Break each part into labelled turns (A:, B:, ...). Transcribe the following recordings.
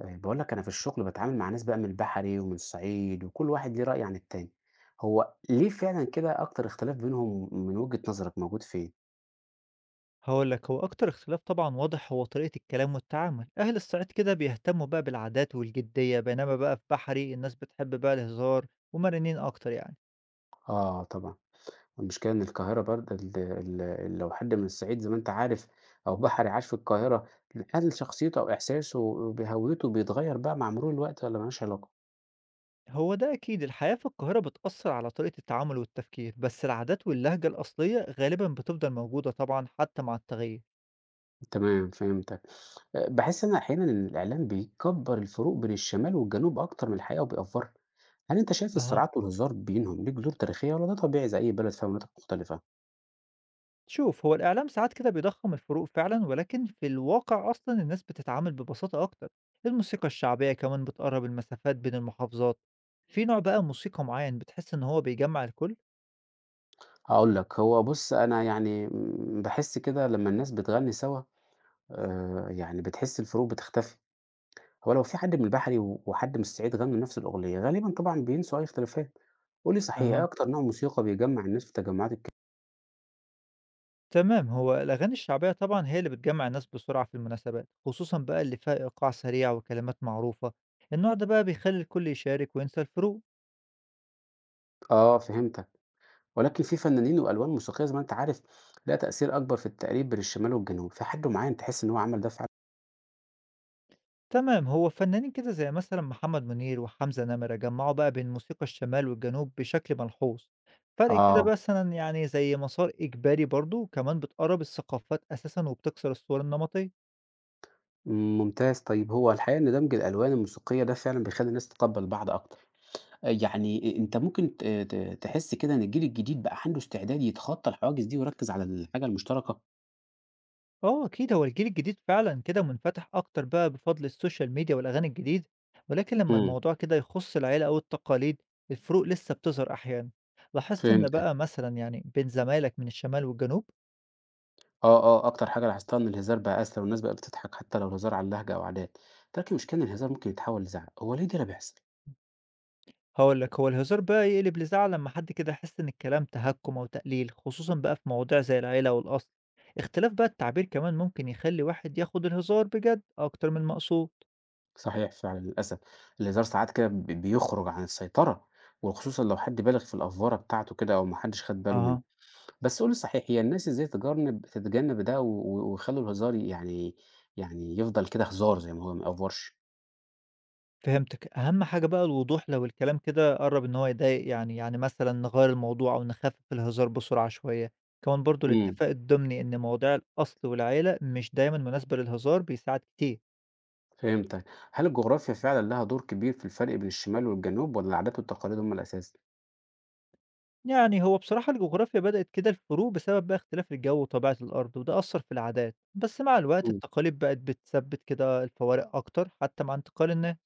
A: آه، بقول لك أنا في الشغل بتعامل مع ناس بقى من البحري ومن الصعيد وكل واحد ليه رأي عن التاني. هو ليه فعلا كده أكتر اختلاف بينهم من وجهة نظرك موجود فين؟
B: هقول لك هو أكتر اختلاف طبعا واضح هو طريقة الكلام والتعامل. أهل الصعيد كده بيهتموا بقى بالعادات والجدية، بينما بقى في بحري الناس بتحب بقى الهزار ومرنين أكتر يعني.
A: آه طبعا. المشكلة إن القاهرة برضه لو حد من الصعيد زي ما أنت عارف أو بحري عاش في القاهرة، هل شخصيته أو إحساسه بهويته بيتغير بقى مع مرور الوقت ولا ملهاش علاقة؟
B: هو ده أكيد الحياة في القاهرة بتأثر على طريقة التعامل والتفكير، بس العادات واللهجة الأصلية غالبا بتفضل موجودة طبعا حتى مع التغيير.
A: تمام، فهمتك. أه، بحس أنا أحيانا إن الإعلام بيكبر الفروق بين الشمال والجنوب أكتر من الحقيقة وبيأفرها. هل أنت شايف
B: أها،
A: الصراعات والهزار بينهم ليه جذور تاريخية ولا ده طبيعي زي أي بلد فيها مناطق مختلفة؟
B: شوف هو الإعلام ساعات كده بيضخم الفروق فعلا، ولكن في الواقع أصلا الناس بتتعامل ببساطة أكتر. الموسيقى الشعبية كمان بتقرب المسافات بين المحافظات. في نوع بقى موسيقى معين بتحس إن هو بيجمع الكل.
A: هاقول لك، هو بُص أنا يعني م باحس كده لمّا الناس بتغني سوا. يعني بتحس الفروق بتختفي. هو لو في حد من البحري وحد من الصعيد غنوا نفس الأغنية غالبًا طبعًا بينسوا أي اختلافات. قُل لي صحيح، إيه
B: اها،
A: أكتر نوع موسيقى بيجمّع الناس في تجمعات؟
B: تمام هو الأغاني الشعبية طبعا هي اللي بتجمع الناس بسرعة في المناسبات، خصوصا بقى اللي فيها إيقاع سريع وكلمات معروفة. النوع ده بقى بيخلي الكل يشارك وينسى الفروق.
A: آه، فهمتك. ولكن في فنانين وألوان موسيقية زي ما أنت عارف ليها تأثير أكبر في التقريب بين الشمال والجنوب، في حد معين تحس إن هو عمل ده فعلًا؟
B: تمام هو فنانين كده زي مثلا محمد منير وحمزة نمرة جمعوا بقى بين موسيقى الشمال والجنوب بشكل ملحوظ. فرق كده
A: آه.
B: مثلا يعني زي مسار إجباري برضو، وكمان بتقرب الثقافات أساسا وبتكسر الصور النمطية.
A: ممتاز، طيب هو الحقيقة إن دمج الألوان الموسيقية ده فعلًا بيخلّي الناس تتقبّل بعض أكتر. يعني أ أنت ممكن ت ت تحس كده إن الجيل الجديد بقى عنده استعداد يتخطّى الحواجز دي ويركّز على الحاجة المشتركة؟
B: اه اكيد هو الجيل الجديد فعلا كده منفتح اكتر بقى بفضل السوشيال ميديا والاغاني الجديده، ولكن لما
A: إمم،
B: الموضوع كده يخص العيله او التقاليد الفروق لسه بتظهر احيانا. لاحظت ان
A: فهمتك.
B: بقى مثلا يعني بين زمايلك من الشمال والجنوب.
A: آه، آه، أكتر حاجة لاحظتها إن الهزار بقى أسهل والناس بقت بتضحك حتى لو الهزار على اللهجة أو عادات، لكن المشكلة إن الهزار ممكن يتحوّل لزعل. هو ليه ده اللي بيحصل؟
B: هاقول لك، هو الهزار بقى يقلب لزعل لمّا حد كده يحس إن الكلام تهكُّم أو تقليل، خصوصًا بقى في مواضيع زي العيلة أو الأصل. اختلاف بقى التعبير كمان ممكن يخلّي واحد ياخد الهزار بجد أكتر من المقصود.
A: صحيح فعلًا، للأسف. الهزار ساعات كده بيخرج عن السيطرة وخصوصًا لو حد بالغ في الأفوارة بتاعته كده أو ما حدّش خَد باله منها.
B: أها.
A: بس قُل لي صحيح، هي الناس إزاي تتجنب ده و و ويخلّوا الهزار يعني، يفضل كده هزار زي ما هو ما يأفورش؟
B: فهمتك، أهم حاجة بقى الوضوح لو الكلام كده قرّب إن هو يضايق يعني، يعني مثلًا نغيّر الموضوع أو نخفف الهزار بسرعة شوية. كمان برضه
A: إمم،
B: الاتفاق الضمني إن مواضيع الأصل والعيلة مش دايمًا مناسبة للهزار بيساعد كتير.
A: فهمتك. هل الجغرافيا فعلًا لها دور كبير في الفرق بين الشمال والجنوب والّا العادات والتقاليد هم الأساس؟
B: يعني هو بصراحة الجغرافيا بدأت كده الفروق بسبب بقى اختلاف الجو وطبيعة الأرض، وده أثر في العادات، بس مع الوقت
A: إمم،
B: التقاليد بقت بتثبت كده الفوارق أكتر حتى مع انتقال الناس.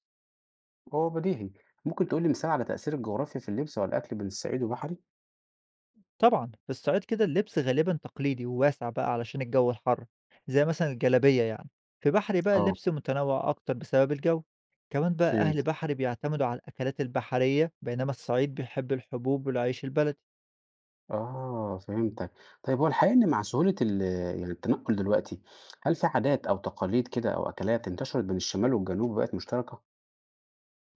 A: هو بديهي. ممكن تقول لي مثال على تأثير الجغرافيا في اللبس أو الأكل بين الصعيد والبحري؟
B: طبعا في الصعيد كده اللبس غالبا تقليدي وواسع بقى علشان الجو الحر، زي مثلا الجلابية يعني. في بحري بقى
A: آه،
B: اللبس متنوع أكتر بسبب الجو. كمان بقى أهل
A: فهمت.
B: بحري بيعتمدوا على الأكلات البحرية، بينما الصعيد بيحب الحبوب والعيش البلدي.
A: آه، فهمتك. طيب هو الحقيقة إن مع سهولة يعني التنقل دلوقتي، هل في عادات أو تقاليد كده أو أكلات انتشرت بين الشمال والجنوب وبقت مشتركة؟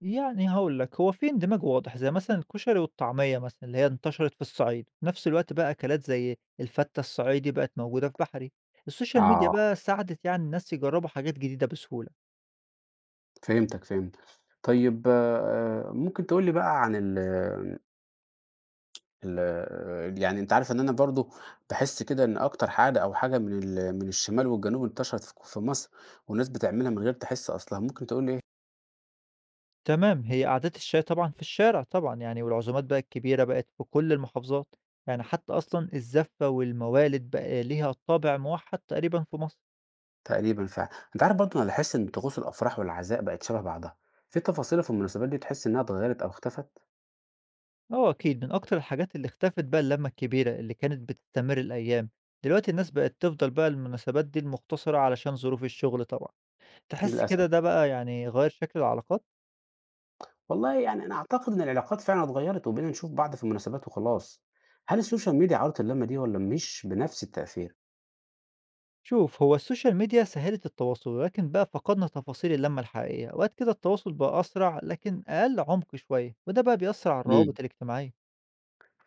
B: يعني هاقول لك، هو في اندماج واضح، زي مثلًا الكشري والطعمية مثلًا اللي هي انتشرت في الصعيد، في نفس الوقت بقى أكلات زي الفتة الصعيدي بقت موجودة في بحري، السوشيال ميديا
A: آه.
B: بقى ساعدت يعني الناس يجربوا حاجات جديدة بسهولة.
A: فهمتك، فهمت. طيب ممكن تقول لي بقى عن ال ال يعني أنت عارف إن أنا برضه باحس كده إن أكتر حاجة أو حاجة من الشمال والجنوب انتشرت في في مصر، والناس بتعملها من غير تحس أصلها، ممكن تقول لي إيه؟
B: تمام، هي قعدات الشاي طبعًا في الشارع طبعًا يعني، والعزومات بقى الكبيرة بقت في كل المحافظات، يعني حتى أصلًا الزفة والموالد بقى ليها طابع موحد تقريبًا في مصر.
A: تقريبًا فعلًا. أنت عارف برضه أنا لاحظت إن طقوس الأفراح والعزاء بقت شبه بعضها، في تفاصيل في المناسبات دي تحس إنها اتغيرت أو اختفت؟
B: آه أكيد، من أكتر الحاجات اللي اختفت بقى اللمة الكبيرة اللي كانت بتستمر الأيام، دلوقتي الناس بقت تفضل بقى المناسبات دي المختصرة علشان ظروف الشغل طبعًا، تحس كده
A: للأسف.
B: ده بقى يعني غيّر شكل العلاقات؟
A: والله يعني أنا أعتقد إن العلاقات فعلًا اتغيرت وبقينا نشوف بعض في المناسبات وخلاص. هل السوشيال ميديا عوّضت اللمة دي والّا مش بنفس التأثير؟
B: شوف هو السوشيال ميديا سهّلت التواصل، ولكن بقى فقدنا تفاصيل اللمة الحقيقية، أوقات كده التواصل بقى أسرع لكن أقل عمق شوية، وده بقى بيأثّر على
A: إمم.
B: الروابط الاجتماعية.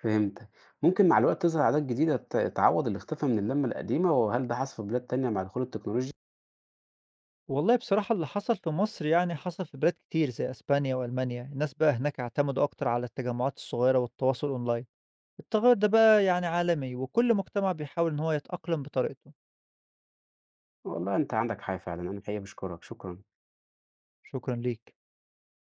A: فهمتك. ممكن مع الوقت تظهر عادات جديدة تعوّض الاختفاء من اللمة القديمة وهل ده حصل في بلاد تانية مع دخول التكنولوجيا؟
B: والله بصراحة اللي حصل في مصر يعني حصل في بلاد كتير زي أسبانيا وألمانيا، الناس بقى هناك اعتمدوا أكتر على التجمعات الصغيرة والتواصل أونلاين. التغيُّر ده بقى يعني عالمي، وكل مجتمع بيحاول إن هو يتأقلم بطريقته.
A: والله أنت عندك حق فعلًا، أنا الحقيقة باشكرك، شكرًا.
B: شكرًا ليك.